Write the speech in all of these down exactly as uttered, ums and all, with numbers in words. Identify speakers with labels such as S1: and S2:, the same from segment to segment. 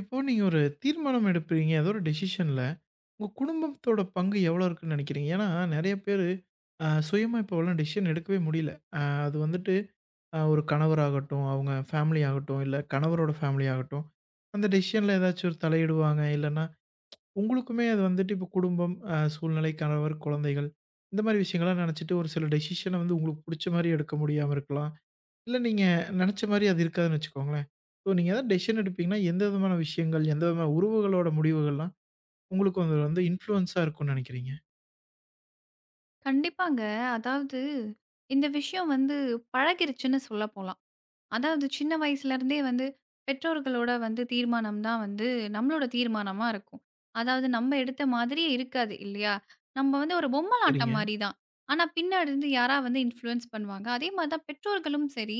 S1: இப்போ நீங்க ஒரு தீர்மானம் எடுப்பீங்க. ஏதோ ஒரு டெசிஷன்ல. உங்க குடும்பத்தோட பங்கு எவ்வளோ இருக்குன்னு நெனைக்கிறீங்க? ஏன்னா நெறைய பேரு அ சுயமா இப்போலாம் டெசிஷன் எடுக்கவே முடியல. அ அது வந்துட்டு அ ஒரு கணவராகட்டும், அவங்க ஃபேமிலி ஆகட்டும், இல்ல கணவரோட ஃபேமிலி ஆகட்டும், அந்த டெசிஷன்ல ஏதாச்சும் ஒரு தலையிடுவாங்க. இல்லன்னா உங்களுக்குமே அது வந்துட்டு இப்போ குடும்பம், அ சூழ்நிலை, கணவர், குழந்தைகள் இந்த மாரி விஷயங்கள்லாம் நெனச்சுட்டு ஒரு சில டெசிஷன வந்து உங்களுக்கு புடிச்ச மாரி எடுக்க முடியாம இருக்கலாம். இல்ல நீங்க நெனச்ச மாரி அது இருக்காதுன்னு வச்சுக்கோங்களேன். ஸோ நீங்க ஏதாவது டெசிஷன் எடுப்பீங்கன்னா, எந்த விதமான விஷயங்கள், எந்த விதமான உறவுகளோட முடிவுகள்லாம் உங்களுக்கு அது வந்து இன்ஃப்ளூயன்ஸா இருக்கும்னு நெனைக்கிறீங்க?
S2: கண்டிப்பாங்க. அதாவது இந்த விஷயம் வந்து பழகிருச்சுன்னு சொல்ல போலாம். அதாவது சின்ன வயசுலருந்தே வந்து பெற்றோர்களோட வந்து தீர்மானம் தான் வந்து நம்மளோட தீர்மானமா இருக்கும். அதாவது நம்ம எடுத்த மாதிரி இருக்காது இல்லையா? நம்ம வந்து ஒரு பொம்மலாட்டம்
S1: சரிங்க.
S2: மாரி தான். ஆனா பின்னாடி இருந்து யாரா வந்து இன்ஃப்ளூயன்ஸ் பண்ணுவாங்க. அதே மாரி தான் பெற்றோர்களும் சரி,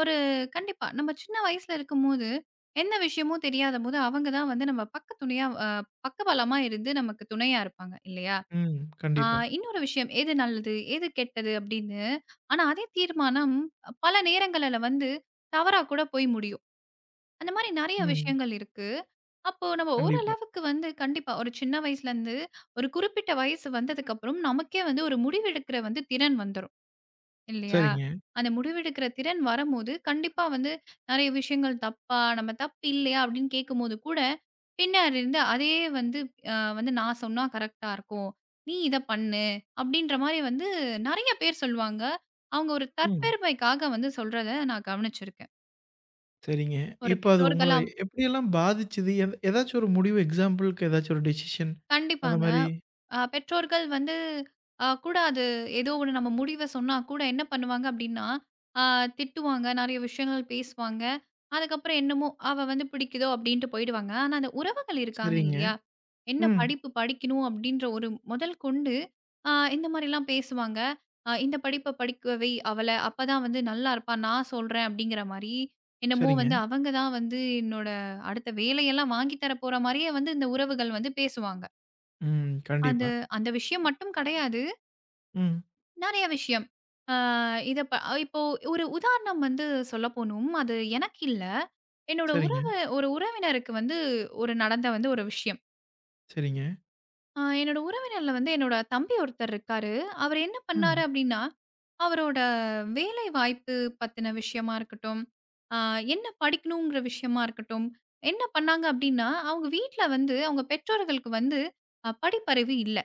S2: ஒரு கண்டிப்பா நம்ம சின்ன வயசுல இருக்கும்போது எந்த விஷயமும் தெரியாதபோது அவங்க தான் வந்து நம்ம பக்க துணையா அ பக்கபலமா இருந்து நமக்கு துணையா இருப்பாங்க இல்லையா?
S1: ம்.
S2: ஆ
S1: கண்டிப்பா.
S2: இன்னொரு விஷயம். எது நல்லது? எது கெட்டது? அப்படின்னு. ஆனா, அதே தீர்மானம் பல நேரங்கள்ல வந்து தவறா கூட போய் முடியும். அந்த மாரி நெறைய
S1: ம்.
S2: விஷயங்கள் இருக்கு. அப்போ நம்ம
S1: கண்டிப்பா.
S2: ஓரளவுக்கு வந்து கண்டிப்பா ஒரு சின்ன வயசுலேருந்து ஒரு குறிப்பிட்ட வயசு வந்ததுக்கப்புறம் நமக்கே வந்து ஒரு முடிவெடுக்கிற வந்து திறன் வந்துரும். இல்லையா?
S1: சரிங்க.
S2: அந்த முடிவெடுக்கிற திறன் வரம்போது, கண்டிப்பா வந்து நெறைய விஷயங்கள் தப்பா, நம்ம தப்பு இல்லையா அப்படின்னு கேட்கும்போது கூட, பின்னாடி இருந்து அதே வந்து அ வந்து நான் சொன்னா கரெக்ட்டா இருக்கும். நீ இத பண்ணு அப்படின்ற மாரி வந்து நெறைய பேர் சொல்லுவாங்க. அவங்க ஒரு
S1: ம்.
S2: தற்பெருமைக்காக வந்து சொல்றத நான் கவனிச்சிருக்கேன்.
S1: சரிங்க.
S2: ஒரு
S1: இப்ப அது உங்கள
S2: பெற்றோர்களா
S1: எப்படியெல்லாம் பாதிச்சது? எத ஏதாச்சும் ஒரு முடிவு எக்ஸாம்பிள்க்கு ஏதாச்சும் ஒரு டெசிஷன் அந்த
S2: கண்டிப்பாங்க.
S1: மாரி?
S2: அ பெற்றோர்கள் வந்து அ கூட அது ஏதோ ஒண்ணு நம்ம முடிவ சொன்னா கூட என்ன பண்ணுவாங்க அப்டின்னா, அ திட்டுவாங்க, நெறைய விஷயங்கள் பேசுவாங்க. அதுக்கப்புறம் என்னமோ அவ வந்து பிடிக்குதோ அப்டின்ட்டு போயிடுவாங்க. ஆனா, அந்த உறவுகள் இருக்காங்க
S1: சரிங்க.
S2: இல்லையா? என்ன
S1: ம்.
S2: படிப்பு படிக்கணும் அப்டின்ற ஒரு முதல் கொண்டு, அ இந்த மாரிலாம் பேசுவாங்க. அ இந்த படிப்ப படிக்க வை அவள, அப்பதான் வந்து நல்லா இருப்பா. நான் சொல்றேன் அப்டிங்கிற மாரி, என்னமோ
S1: சரிங்க.
S2: வந்து அவங்க தான் வந்து என்னோட அடுத்த வேலையெல்லாம் வாங்கி தர போற மாரியே வந்து இந்த உறவுகள் வந்து பேசுவாங்க.
S1: ம். கண்டிப்பா.
S2: அது அந்த விஷயம் மட்டும் கிடையாது.
S1: ம்.
S2: நெறைய விஷயம். ஆ இத ப இப்போ ஒரு உதாரணம் வந்து சொல்லப்போணும். அது எனக்கு இல்ல. என்னோட
S1: சரிங்க,
S2: உறவு ஒரு உறவினருக்கு வந்து ஒரு நடந்த வந்து ஒரு விஷயம்.
S1: சரிங்க.
S2: ஆ என்னோட உறவினர்ல வந்து என்னோட தம்பி ஒருத்தர் இருக்காரு. அவரு என்ன பண்ணாரு
S1: ம்.
S2: அப்டின்னா, அவரோட வேலை வாய்ப்பு பத்தின விஷயமா இருக்கட்டும், ஆ என்ன படிக்கணுங்கிற விஷயமா இருக்கட்டும், என்ன பண்ணாங்க அப்டின்னா, அவங்க வீட்ல வந்து அவங்க பெற்றோர்களுக்கு வந்து அ படிப்பறிவு இல்ல.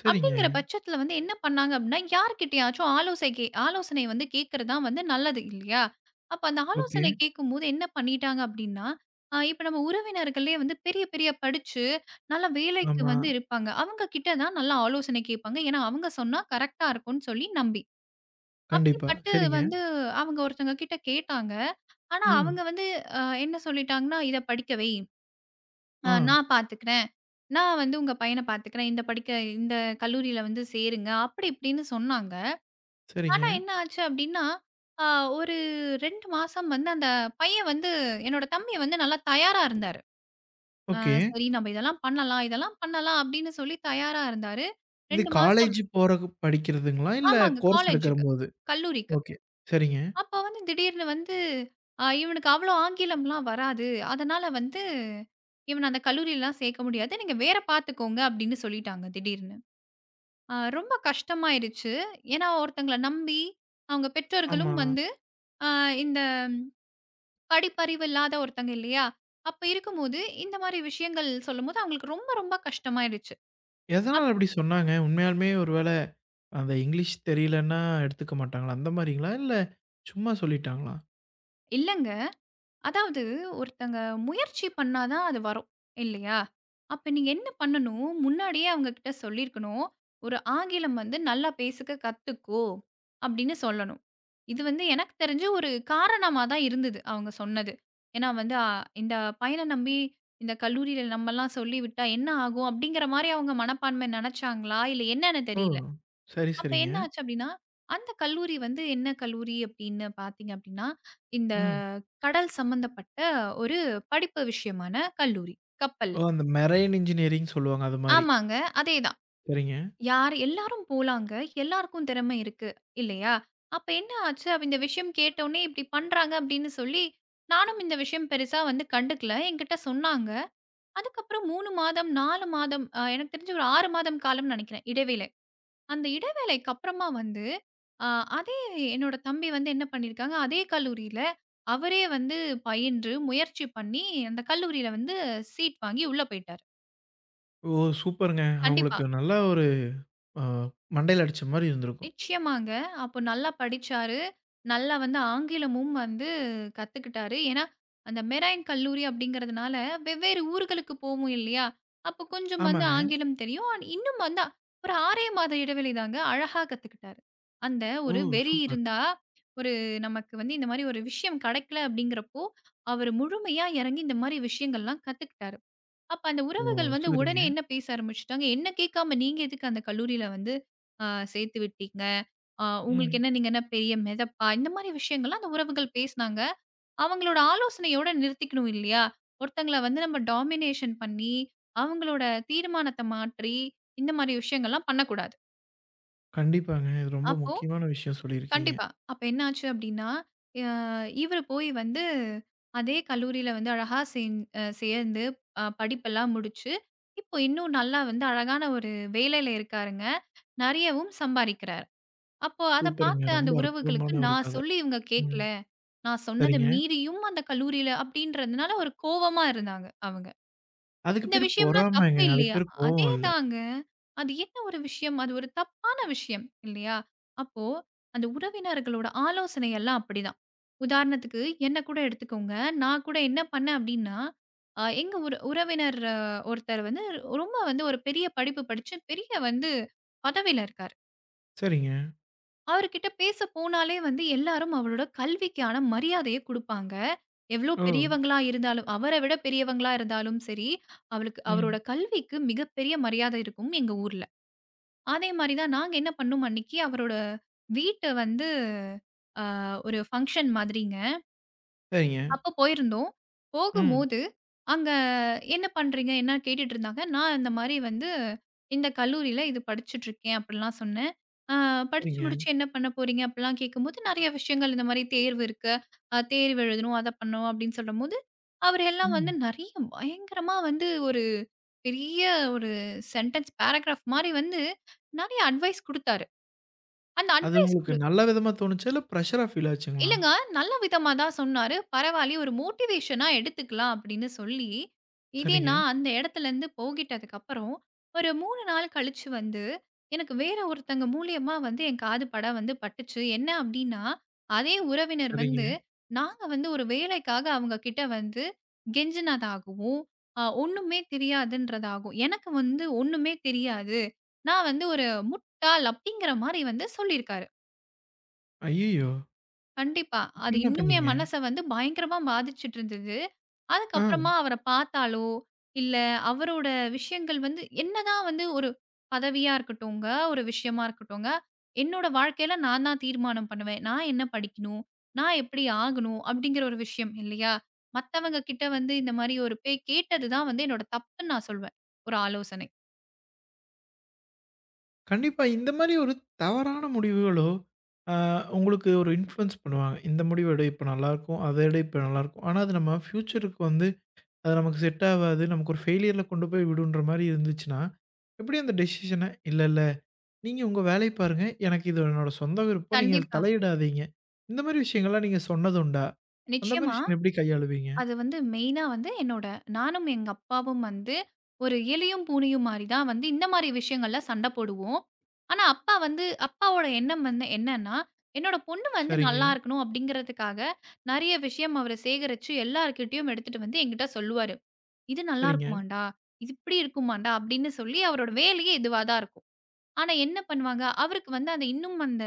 S1: சரிங்க.
S2: அப்படிங்கிற பட்சத்துல வந்து என்ன பண்ணாங்க அப்படின்னா, யார்கிட்டயாச்சும் ஆலோசை கே ஆலோசனை வந்து கேட்கிறது தான் வந்து நல்லது இல்லையா? அப்ப அந்த
S1: ஓகே.
S2: ஆலோசனை கேட்கும்போது என்ன பண்ணிட்டாங்க அப்படின்னா, அ இப்ப நம்ம உறவினர்களே வந்து பெரிய, பெரிய படிச்சு நல்ல வேலைக்கு
S1: ஆமா.
S2: வந்து இருப்பாங்க. அவங்க கிட்ட தான் நல்லா ஆலோசனை கேட்பாங்க. ஏன்னா, அவங்க சொன்னா கரெக்ட்டா இருக்கும்ன்னு சொல்லி நம்பி.
S1: கண்டிப்பா.
S2: அப்படிப்பட்டு
S1: சரிங்க.
S2: வந்து அவங்க ஒருத்தவங்க கிட்ட கேட்டாங்க. ஆனா
S1: ம்.
S2: அவங்க வந்து அ என்ன சொல்லிட்டாங்கன்னா, "இத படிக்க வை." அ
S1: ஆ.
S2: நான் பார்த்துக்கிறேன். நான் வந்து உங்க பையன பார்த்துக்கிறேன். இந்த படிக்க இந்த கல்லூரியில வந்து சேருங்க. அப்படி இப்படின்னு சொன்னாங்க.
S1: சரிங்க.
S2: ஆனா என்ன ஆச்சு அப்படின்னா, அ ஒரு ரெண்டு மாசம் வந்து அந்த பையன் வந்து என்னோட தம்பி வந்து நல்லா தயாரா இருந்தாரு. அ
S1: ஓகே.
S2: சரி நம்ம இதெல்லாம் பண்ணலாம், இதெல்லாம் பண்ணலாம் அப்படின்னு சொல்லி தயாரா இருந்தாரு.
S1: இது
S2: ரெண்டு மாசம்
S1: காலேஜ் போறக்கு படிக்கிறதுங்களா? இல்ல
S2: ஆமாங்க.
S1: கோர்ஸ்
S2: காலேஜுக்கு,
S1: எடுக்கிறபோது?
S2: கல்லூரிக்கு.
S1: ஓகே. சரிங்க.
S2: அப்ப வந்து திடீர்னு வந்து அ இவனுக்கு அவ்வளோ ஆங்கிலம்லாம் வராது. அதனால வந்து இவன அந்த கல்லூரிலலாம் சேர்க்க முடியாது. நீங்க வேற பார்த்துக்கோங்க அப்படின்னு சொல்லிட்டாங்க திடீர்னு. அ ரொம்ப கஷ்டமாயிருச்சு. ஏன்னா ஒருத்தங்கள நம்பி அவங்க
S1: ஆமா.
S2: பெற்றோர்களும் வந்து அ இந்த படிப்பறிவு இல்லாத ஒருத்தங்க இல்லையா? அப்ப இருக்கும்போது இந்த மாரி விஷயங்கள் சொல்லும்போது அவங்களுக்கு ரொம்ப ரொம்ப கஷ்டமாயிடுச்சு.
S1: எதனால
S2: அப்
S1: அப்படி சொன்னாங்க? உண்மையாலுமே ஒரு வேள அந்த இங்கிலீஷ் தெரியலன்னா எடுத்துக்க மாட்டாங்களா? அந்த மாரிங்களா? இல்ல சும்மா சொல்லிட்டாங்களா?
S2: இல்லங்க. அதாவது ஒருத்தங்க முயற்சி பண்ணா தான் அது வரும் இல்லையா? அப்ப நீங்க என்ன பண்ணணும்? முன்னாடியே அவங்க கிட்ட சொல்லியிருக்கணும். "ஒரு ஆங்கிலம் வந்து நல்லா பேசுக்க கத்துக்கோ" அப்படின்னு சொல்லணும். இது வந்து எனக்கு தெரிஞ்சு ஒரு காரணமா தான் இருந்தது அவங்க சொன்னது. ஏன்னா வந்து அ இந்த பையன நம்பி இந்த கல்லூரியில நம்மலாம் சொல்லிவிட்டா என்ன ஆகும்? அப்படிங்கிற மாரி அவங்க மனப்பான்மை நெனச்சாங்களா? இல்ல என்னன்னு
S1: ஓ!
S2: தெரியல.
S1: சரி,
S2: அப்ப
S1: சரிங்க.
S2: என்ன ஆச்சு அப்டின்னா, அந்த கல்லூரி வந்து என்ன கல்லூரி அப்படின்னு பார்த்தீங்க அப்டின்னா, இந்த
S1: ம்.
S2: கடல் சம்மந்தப்பட்ட ஒரு படிப்பு விஷயமான கல்லூரி. கப்பல்.
S1: ஓ! அந்த மெரைன் இன்ஜினியரிங் சொல்லுவாங்க. அது மாரி.
S2: ஆமாங்க. அதேதான்.
S1: சரிங்க.
S2: யார் எல்லாரும் போலாங்க. எல்லாருக்கும் திறமை இருக்கு. இல்லையா? அப்ப என்ன ஆச்சு? அப்ப இந்த விஷயம் கேட்டோனே இப்டி பண்றாங்க அப்படின்னு சொல்லி, நானும் இந்த விஷயம் பெருசா வந்து கண்டுக்கல. என்கிட்ட சொன்னாங்க. அதுக்கப்புறம் மூணு மாதம், நாலு மாதம் அ எனக்கு தெரிஞ்சு ஒரு ஆறு மாதம் காலம்னு நெனைக்கிறேன். இடைவேளை. அந்த இடைவேளைக்கு அப்புறமா வந்து, அ அதே என்னோட தம்பி வந்து என்ன பண்ணியிருக்காங்க, அதே கல்லூரியில அவரே வந்து பயின்று, முயற்சி பண்ணி அந்த கல்லூரியில வந்து சீட் வாங்கி உள்ள போயிட்டாரு.
S1: ஓ! சூப்பருங்க.
S2: கண்டிப்பா.
S1: அவங்களுக்கு நல்லா ஒரு அ மண்டையில அடிச்ச மாரி இருந்திருக்கும்.
S2: நிச்சயமாங்க. அப்போ நல்லா படிச்சாரு. நல்லா வந்து ஆங்கிலமும் வந்து கத்துக்கிட்டாரு. ஏன்னா, அந்த மெரைன் கல்லூரி அப்படிங்கிறதுனால வெவ்வேறு ஊர்களுக்கு போவோம் இல்லையா? அப்போ கொஞ்சம் வந்து
S1: ஆமாங்க.
S2: ஆங்கிலம் தெரியும். ஆனா இன்னும் வந்து ஒரு ஆறு மாத இடைவெளி தாங்க அழகா கத்துக்கிட்டாரு. அந்த
S1: ஓ!
S2: ஒரு வெறி
S1: சூப்பர்.
S2: இருந்தா, ஒரு நமக்கு வந்து இந்த மாரி ஒரு விஷயம் கிடைக்கல அப்படிங்கிறப்போ, அவரு முழுமையா இறங்கி இந்த மாரி விஷயங்கள்லாம் கத்துக்கிட்டாரு. அப்ப அந்த
S1: ஓ!
S2: உறவுகள் வந்து
S1: சரிங்க.
S2: உடனே என்ன பேச ஆரம்பிச்சுட்டாங்க? என்ன கேட்காம நீங்க எதுக்கு அந்த கல்லூரியில வந்து அ சேர்த்து விட்டீங்க? அ உங்களுக்கு
S1: ம்.
S2: என்ன நீங்க என்ன பெரிய மெதப்பா? இந்த மாரி விஷயங்கள்லாம் அந்த உறவுகள் பேசினாங்க. அவங்களோட ஆலோசனையோட நிறுத்திக்கணும் இல்லையா? ஒருத்தங்கள வந்து நம்ம டாமினேஷன் பண்ணி, அவங்களோட தீர்மானத்த மாற்றி, இந்த மாரி விஷயங்கள்லாம் பண்ணக்கூடாது.
S1: கண்டிப்பாங்க. இது ரொம்ப
S2: அப்போ
S1: முக்கியமான விஷயம் சொல்லியிருக்கீங்க.
S2: கண்டிப்பா. அப்ப என்ன ஆச்சு அப்டின்னா, அ இவரு போய் வந்து அதே கல்லூரியில வந்து அழகா சேந் அ சேர்ந்து அ படிப்பெல்லாம் முடிச்சு, இப்போ இன்னும் நல்லா வந்து அழகான ஒரு வேலையில இருக்காருங்க. நெறையவும் சம்பாரிக்கிறார். அப்போ அத
S1: சூப்பருங்க.
S2: பார்த்த
S1: ரொம்ப
S2: அந்த உறவுகளுக்கு
S1: அற்புதமான ஒரு
S2: நான்
S1: கத.
S2: சொல்லி இவங்க
S1: ம்.
S2: கேட்கல. நான் சொன்னத
S1: சரிங்க.
S2: மீறியும் அந்த கல்லூரியில அப்டின்றதுனால ஒரு கோவமா இருந்தாங்க அவங்க.
S1: அதுக்கு
S2: இந்த
S1: பேரு
S2: விஷயம்லாம் தப்பு
S1: பொறாமைங்க. அதுக்கு
S2: இல்லையா?
S1: பேரு கோவம் இல்ல.
S2: அதேதாங்க. அது என்ன ஒரு விஷயம்? அது ஒரு தப்பான விஷயம் இல்லையா? அப்போ அந்த உறவினர்களோட ஆலோசனை எல்லாம் அப்படிதான். உதாரணத்துக்கு என்ன கூட எடுத்துக்கோங்க. நான் கூட என்ன பண்ணேன் அப்படின்னா, அ எங்க உற உறவினர் ஆஹ், ஒருத்தர் வந்து ரொம்ப வந்து ஒரு பெரிய படிப்பு படிச்சு பெரிய வந்து பதவியில இருக்காரு.
S1: சரிங்க.
S2: அவர்கிட்ட பேச போனாலே வந்து எல்லாரும் அவரோட கல்விக்கான மரியாதைய குடுப்பாங்க. எவ்ளோ
S1: ஓ!
S2: பெரியவங்களா இருந்தாலும் அவர விட பெரியவங்களா இருந்தாலும் சரி, அவளுக்கு
S1: ம்.
S2: அவரோட கல்விக்கு மிகப்பெரிய மரியாதை இருக்கும் எங்க ஊர்ல. அதே மாரி தான் நாங்க என்ன பண்ணோம் அன்னைக்கு அவரோட வீட்ட வந்து அ ஒரு ஃபங்ஷன் மாதிரிங்க.
S1: சரிங்க.
S2: அப்ப போயிருந்தோம்.
S1: ம்.
S2: போகும்போது, அங்க "என்ன பண்றீங்க?" என்ன கேட்டுட்டு இருந்தாங்க. நான் இந்த மாரி வந்து, "இந்த கல்லூரியில இது படிச்சுட்டுருக்கேன்." அப்படிலாம் சொன்னேன். "அ படிச்சு
S1: சரிங்க.
S2: முடிச்சு என்ன பண்ண போறீங்க?" அப்படிலாம் கேட்கும்போது, நெறைய விஷயங்கள் இந்த மாரி தேர்வு இருக்கு. அ தேர்வு எழுதணும், அத பண்ணணும் அப்படின்னு சொல்லும்போது, அவர் எல்லாம் வந்து
S1: ம்.
S2: நெறைய பயங்கரமா வந்து ஒரு பெரிய ஒரு சென்டென்ஸ் பேராகிராஃப் மாரி வந்து, நெறைய அட்வைஸ் குடுத்தாரு. அந்த
S1: அது
S2: அட்வைஸ்
S1: உங்களுக்கு
S2: குடு
S1: நல்ல விதமா தோணுச்சா? இல்ல பிரஷரா ஃபீல் ஆச்சுங்களா?
S2: இல்லங்க. நல்ல விதமா தான் சொன்னாரு. பரவாயில்லையே ஒரு மோட்டிவேஷனா எடுத்துக்கலாம் அப்படின்னு சொல்லி, இதே
S1: சரிங்க,
S2: நான் அந்த இடத்துலருந்து போகிட்டதுக்கப்புறம், ஒரு மூணு நாள் கழிச்சு வந்து, எனக்கு வேற ஒருத்தங்க மூலியமா வந்து என் காது பட வந்து பட்டுச்சு. என்ன அப்படின்னா, அதே உறவினர் வந்து,
S1: சரிங்க.
S2: நாங்க வந்து ஒரு வேலைக்காக அவங்க கிட்ட வந்து கெஞ்சினதாகவும், அ ஒண்ணுமே தெரியாதுன்றதாகும். எனக்கு வந்து ஒண்ணுமே தெரியாது. நான் வந்து ஒரு முட்டாள் அப்படிங்கிற மாரி வந்து சொல்லியிருக்காரு.
S1: ஐய்யயோ!
S2: கண்டிப்பா. அது
S1: அப்புறம் என்ன
S2: இன்னும்
S1: பண்ணீங்க?
S2: என் மனச வந்து பயங்கரமா பாதிச்சுட்டு இருந்தது. அதுக்கப்புறமா
S1: ஆ.
S2: அவர பார்த்தாலோ, இல்ல அவரோட விஷயங்கள் வந்து என்னதான் வந்து ஒரு பதவியா இருக்கட்டுங்க, ஒரு விஷயமா இருக்கட்டுங்க, என்னோட வாழ்க்கையில நான் தான் தீர்மானம் பண்ணுவேன். நான் என்ன படிக்கணும்? நான் எப்படி ஆகணும்? அப்படிங்கிற ஒரு விஷயம் இல்லையா? மத்தவங்க கிட்ட வந்து இந்த மாரி ஒரு பேய் கேட்டது தான் வந்து என்னோட தப்புன்னு நான் சொல்வேன். ஒரு ஆலோசனை.
S1: கண்டிப்பா இந்த மாரி ஒரு தவறான முடிவுகளோ, ஆ உங்களுக்கு ஒரு இன்ஃப்ளூயன்ஸ் பண்ணுவாங்க. இந்த முடிவு எடு இப்ப நல்லாருக்கும். அத எடு இப்ப நல்லாருக்கும். ஆனா அது நம்ம ஃப்யூச்சருக்கு வந்து அது நமக்கு செட் ஆவாது. நமக்கு ஒரு ஃபெயிலியர்ல கொண்டு போய் விடுன்ற மாரி இருந்துச்சுன்னா, எப்படி அந்த டெசிஷன இல்ல, இல்ல நீங்க உங்க வேலைய பாருங்க. எனக்கு இது என்னோட சொந்த விருப்பம். நீங்க அதில
S2: கண்டிப்பா.
S1: தலையிடாதீங்க. இந்த மாரி விஷயங்கள்லாம் நீங்க சொன்னதுண்டா? அந்த மாரி
S2: நிச்சயமா.
S1: விஷயங்கள எப்படி கையாளுவீங்க?
S2: அது வந்து மெயினா வந்து என்னோட நானும் எங்க அப்பாவும் வந்து ஒரு எலியும் பூனையும் மாரி தான் வந்து இந்த மாரி விஷயங்கள்ல சண்டை போடுவோம். ஆனா அப்பா வந்து அப்பாவோட எண்ணம் வந்து என்னன்னா, என்னோட பொண்ணு வந்து
S1: சரிங்க,
S2: நல்லா இருக்கணும் அப்படிங்கிறதுக்காக நெறைய விஷயம் அவரு சேகரிச்சு எல்லார்கிட்டயும் எடுத்துட்டு வந்து என்கிட்ட சொல்லுவாரு. இது நல்லா
S1: சரிங்க.
S2: இருக்குமான்டா, இது இப்படி இருக்குமான்டா அப்படின்னு சொல்லி அவரோட வேலையே இதுவா தான் இருக்கும். ஆனா என்ன பண்ணுவாங்க, அவருக்கு வந்து அந்த இன்னும் அந்த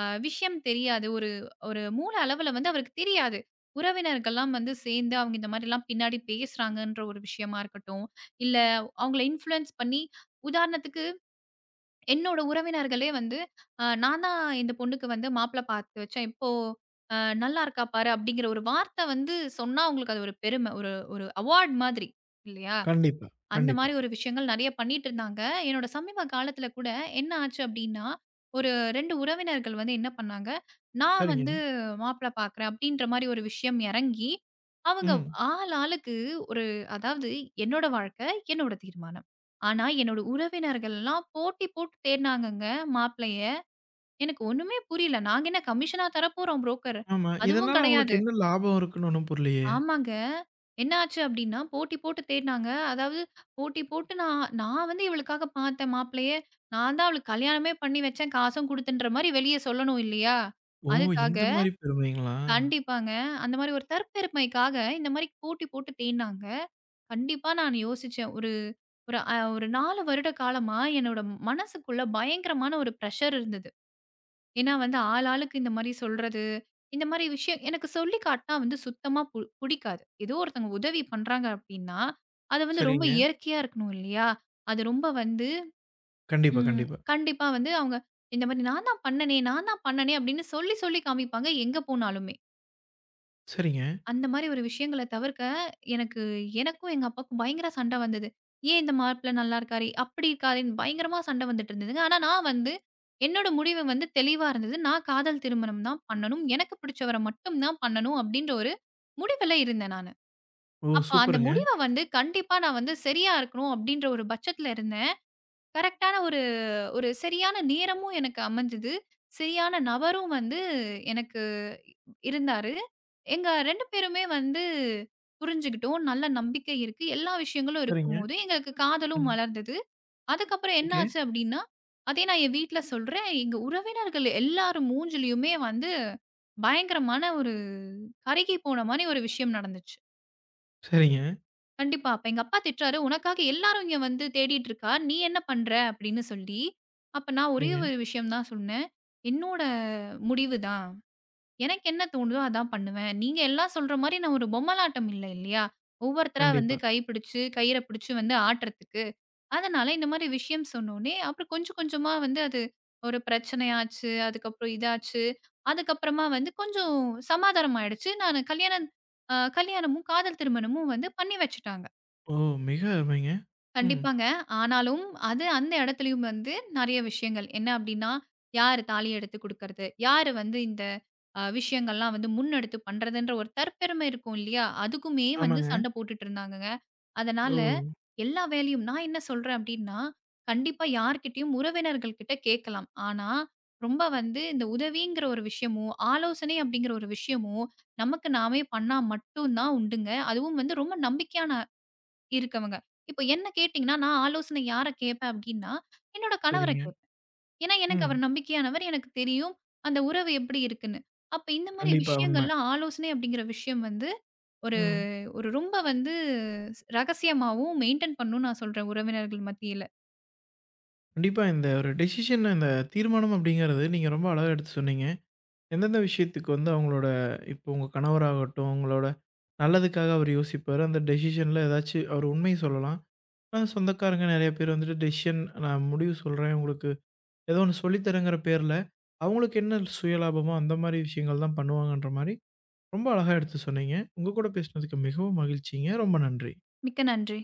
S2: அ விஷயம் தெரியாது. ஒரு ஒரு மூல அளவுல வந்து அவருக்கு தெரியாது. உறவினர்கள்லாம் வந்து சேர்ந்து அவங்க இந்த மாரிலாம் பின்னாடி பேசுறாங்கன்ற ஒரு விஷயமா இருக்கட்டும், இல்ல அவங்கள இன்ஃப்ளூயன்ஸ் பண்ணி உதாரணத்துக்கு என்னோட உறவினர்களே வந்து, அ நான் தான் இந்த பொண்ணுக்கு வந்து மாப்பிள பார்த்து வச்சேன். இப்போ அ நல்லா இருக்கா பாரு! அப்படிங்கிற ஒரு வார்த்தை வந்து சொன்னா அவங்களுக்கு அது ஒரு பெருமை. ஒரு ஒரு அவார்ட் மாதிரி இல்லையா?
S1: கண்டிப்பா,
S2: அந்த
S1: கண்டிப்பா.
S2: மாரி ஒரு விஷயங்கள் நெறைய பண்ணிட்டு இருந்தாங்க. என்னோட சமீப காலத்தில கூட என்ன ஆச்சு அப்டின்னா, ஒரு ரெண்டு உறவினர்கள் வந்து என்ன பண்ணாங்க, நான்
S1: சரிங்க.
S2: வந்து மாப்பிள பார்க்குறேன் அப்டின்ற மாரி ஒரு விஷயம் எறங்கி, அவங்க
S1: ம்.
S2: ஆள் ஆளுக்கு ஒரு அதாவது என்னோட வாழ்க்கை, என்னோட தீர்மானம். ஆனா என்னோட உறவினர்கள்லாம் போட்டி போட்டு தேடுனாங்கங்க மாப்பிளைய. எனக்கு ஒண்ணுமே புரியல. நாங்க என்ன கமிஷனா தரப்போறோம் புரோக்கர்?
S1: ஆமா.
S2: அதுவும்
S1: இதனால உங்களுக்கு
S2: கெடையாது.
S1: என்ன லாபம் இருக்குன்னு ஒண்ணும் புரியலையே?
S2: ஆமாங்க. என்ன ஆச்சு அப்டின்னா, போட்டி போட்டு தேடுனாங்க. அதாவது போட்டி போட்டு நான் நான் வந்து இவளுக்காக பாத்தேன் மாப்பிள்ளைய. நான் தான் அவளுக்கு கல்யாணமே பண்ணி வச்சேன், காசும் குடுத்தேன்ற மாரி வெளிய சொல்லணும் இல்லையா?
S1: ஓ!
S2: அதுக்காக
S1: இந்த மாரி பெருமைங்களா?
S2: கண்டிப்பாங்க. அந்த மாரி ஒரு தற்பெருமைக்காக இந்த மாரி போட்டி போட்டு தேடுனாங்க. கண்டிப்பா நான் யோசிச்சேன். ஒரு ஒரு அ ஒரு நாலு வருட காலமா என்னோட மனசுக்குள்ள பயங்கரமான ஒரு பிரஷர் இருந்தது. ஏன்னா வந்து ஆள் ஆளுக்கு இந்த மாரி சொல்றது, இந்த மாரி விஷயம் எனக்கு சொல்லி காட்னா வந்து சுத்தமா பு புடிக்காது. ஏதோ ஒருத்தங்க உதவி பண்றாங்க அப்டின்னா, அது வந்து ரொம்ப
S1: சரிங்க.
S2: இயற்கையா இருக்கணும் இல்லையா? அது ரொம்ப வந்து
S1: கண்டிப்பா,
S2: ம்
S1: கண்டிப்பா.
S2: கண்டிப்பா வந்து அவங்க இந்த மாரி நான் தான் பண்ணனே, நான் தான் பண்ணனே அப்டின்னு சொல்லி சொல்லி காமிப்பாங்க எங்க போனாலுமே.
S1: சரிங்க.
S2: அந்த மாரி ஒரு விஷயங்கள தவிர்க்க, எனக்கு எனக்கும் எங்க அப்பாவுக்கும் பயங்கர சண்டை வந்தது. "ஏன் இந்த மாப்பிள்ளை நல்லா இருக்காரே, அப்படி இருக்காரேன்னு" பயங்கரமா சண்டை வந்துட்டு இருந்ததுங்க. ஆனா நான் வந்து என்னோட முடிவு வந்து தெளிவா இருந்தது. நான் காதல் திருமணம் தான் பண்ணணும். எனக்கு பிடிச்சவர மட்டும் தான் பண்ணணும் அப்படின்ற ஒரு முடிவுல இருந்தேன் நானு.
S1: ஓ!
S2: அப்ப அந்த
S1: சூப்பருங்க.
S2: முடிவ வந்து கண்டிப்பா நான் வந்து சரியா இருக்கணும் அப்படின்ற ஒரு பட்சத்துல இருந்தேன். கரெக்ட்டான ஒரு ஒரு சரியான நேரமும் எனக்கு அமைஞ்சது. சரியான நபரும் வந்து எனக்கு இருந்தாரு. எங்க ரெண்டு பேருமே வந்து புரிஞ்சுகிட்டோம். நல்ல நம்பிக்கை இருக்கு. எல்லா விஷயங்களும்
S1: சரிங்க.
S2: இருக்கும்போது, எங்களுக்கு காதலும்
S1: ம்.
S2: மலர்ந்தது. அதுக்கப்புறம் என்ன
S1: ஓகே.
S2: ஆச்சு அப்டின்னா, அதே நான் என் வீட்ல சொல்றேன். எங்க உறவினர்கள் எல்லார் மூஞ்சிலயுமே வந்து பயங்கரமான ஒரு கருகி போன மாரி ஒரு விஷயம் நடந்துச்சு.
S1: சரிங்க,
S2: கண்டிப்பா. அப்ப எங்க அப்பா திட்டுறாரு, "உனக்காக எல்லாரும் இங்க வந்து தேடிட்டு இருக்கா. நீ என்ன பண்ற?" அப்படின்னு சொல்லி. அப்ப நான் ஒரே
S1: சரிங்க.
S2: ஒரு விஷயம் தான் சொன்னேன். "என்னோட முடிவு தான். எனக்கு என்ன தோணுதோ அதான் பண்ணுவேன். நீங்க எல்லாம் சொல்ற மாரி நான் ஒரு பொம்மலாட்டம் இல்ல இல்லையா? ஒவ்வொருத்தரா வந்து
S1: கண்டிப்பா.
S2: கை பிடிச்சு, கயிற பிடிச்சு வந்து ஆட்டுறதுக்கு. அதனால இந்த மாரி விஷயம் சொன்னோனே, அப்புறம் கொஞ்சம் கொஞ்சமா வந்து அது ஒரு பிரச்சனையாச்சு. அதுக்கப்புறம் இதாச்சு. அதுக்கப்புறமா வந்து கொஞ்சம் சமாதானம் ஆயிடுச்சு. நானு கல்யாணம் அ கல்யாணமும், காதல் திருமணமும் வந்து பண்ணி வச்சுட்டாங்க."
S1: ஓ! மிக அருமைங்க. ம்.
S2: கண்டிப்பாங்க. ஆனாலும் அது அந்த இடத்துலயும் வந்து நெறைய விஷயங்கள். என்ன அப்டின்னா, யாரு தாலி எடுத்து குடுக்கறது? யாரு வந்து இந்த அ விஷயங்கள்லாம் வந்து முன்னெடுத்து பண்றதுன்ற ஒரு தற்பெருமை இருக்கும் இல்லையா? அதுக்குமே வந்து
S1: ஆமாங்க.
S2: சண்டை போட்டுட்டு இருந்தாங்கங்க.
S1: ஓ!
S2: அதனால எல்லா வேலையும் நான் என்ன சொல்றேன் அப்டின்னா, கண்டிப்பா யார்கிட்டயும் உறவினர்கள் கிட்ட கேட்கலாம். ஆனா, ரொம்ப வந்து இந்த உதவிங்கிற ஒரு விஷயமோ, ஆலோசனை அப்டிங்கிற ஒரு விஷயமோ, நமக்கு நாமே பண்ணா மட்டும் தான் உண்டுங்க. அதுவும் வந்து ரொம்ப நம்பிக்கையான இருக்கவங்க. இப்போ என்ன கேட்டீங்கன்னா, நான் ஆலோசனை யார கேட்பேன் அப்டின்னா, என்னோட கணவர
S1: சரிங்க.
S2: கேட்பேன். ஏன்னா, எனக்கு அவர்
S1: ம்.
S2: நம்பிக்கையானவர். எனக்கு தெரியும் அந்த உறவு எப்டி இருக்குன்னு. அப்ப இந்த மாரி
S1: கண்டிப்பா உண்மை.
S2: விஷயங்கள்லாம் ஆலோசனை அப்டிங்கிற விஷயம் வந்து ஒரு
S1: ம்.
S2: ஒரு ரொம்ப வந்து ரகசியமாவும் மெயின்டெயின் பண்ணணும்னு நான் சொல்றேன் உறவினர்கள் மத்தியில.
S1: கண்டிப்பா இந்த ஒரு டெசிஷன் இந்த தீர்மானம் அப்படிங்கிறது நீங்க ரொம்ப அழகா எடுத்து சொன்னீங்க. எந்தெந்த விஷயத்துக்கு வந்து அவங்களோட இப்போ உங்க கணவராகட்டும், உங்களோட நல்லதுக்காக அவர் யோசிப்பாரு. அந்த டெசிஷன்ல ஏதாச்சு அவர் உண்மைய சொல்லலாம். ஆனா சொந்தக்காரங்க நெறைய பேர் வந்துட்டு டெசிஷன் நான் முடிவு சொல்றேன். உங்களுக்கு ஏதோ ஒண்ணு சொல்லி தரேங்கிற பேர்ல, அவங்களுக்கு என்ன சுயலாபமோ அந்த மாரி விஷயங்கள் தான் பண்ணுவாங்கன்ற மாரி ரொம்ப அழகா எடுத்து சொன்னீங்க. உங்க கூட பேசினதுக்கு மிகவும் மகிழ்ச்சிங்க. ரொம்ப நன்றி.
S2: மிக்க நன்றி.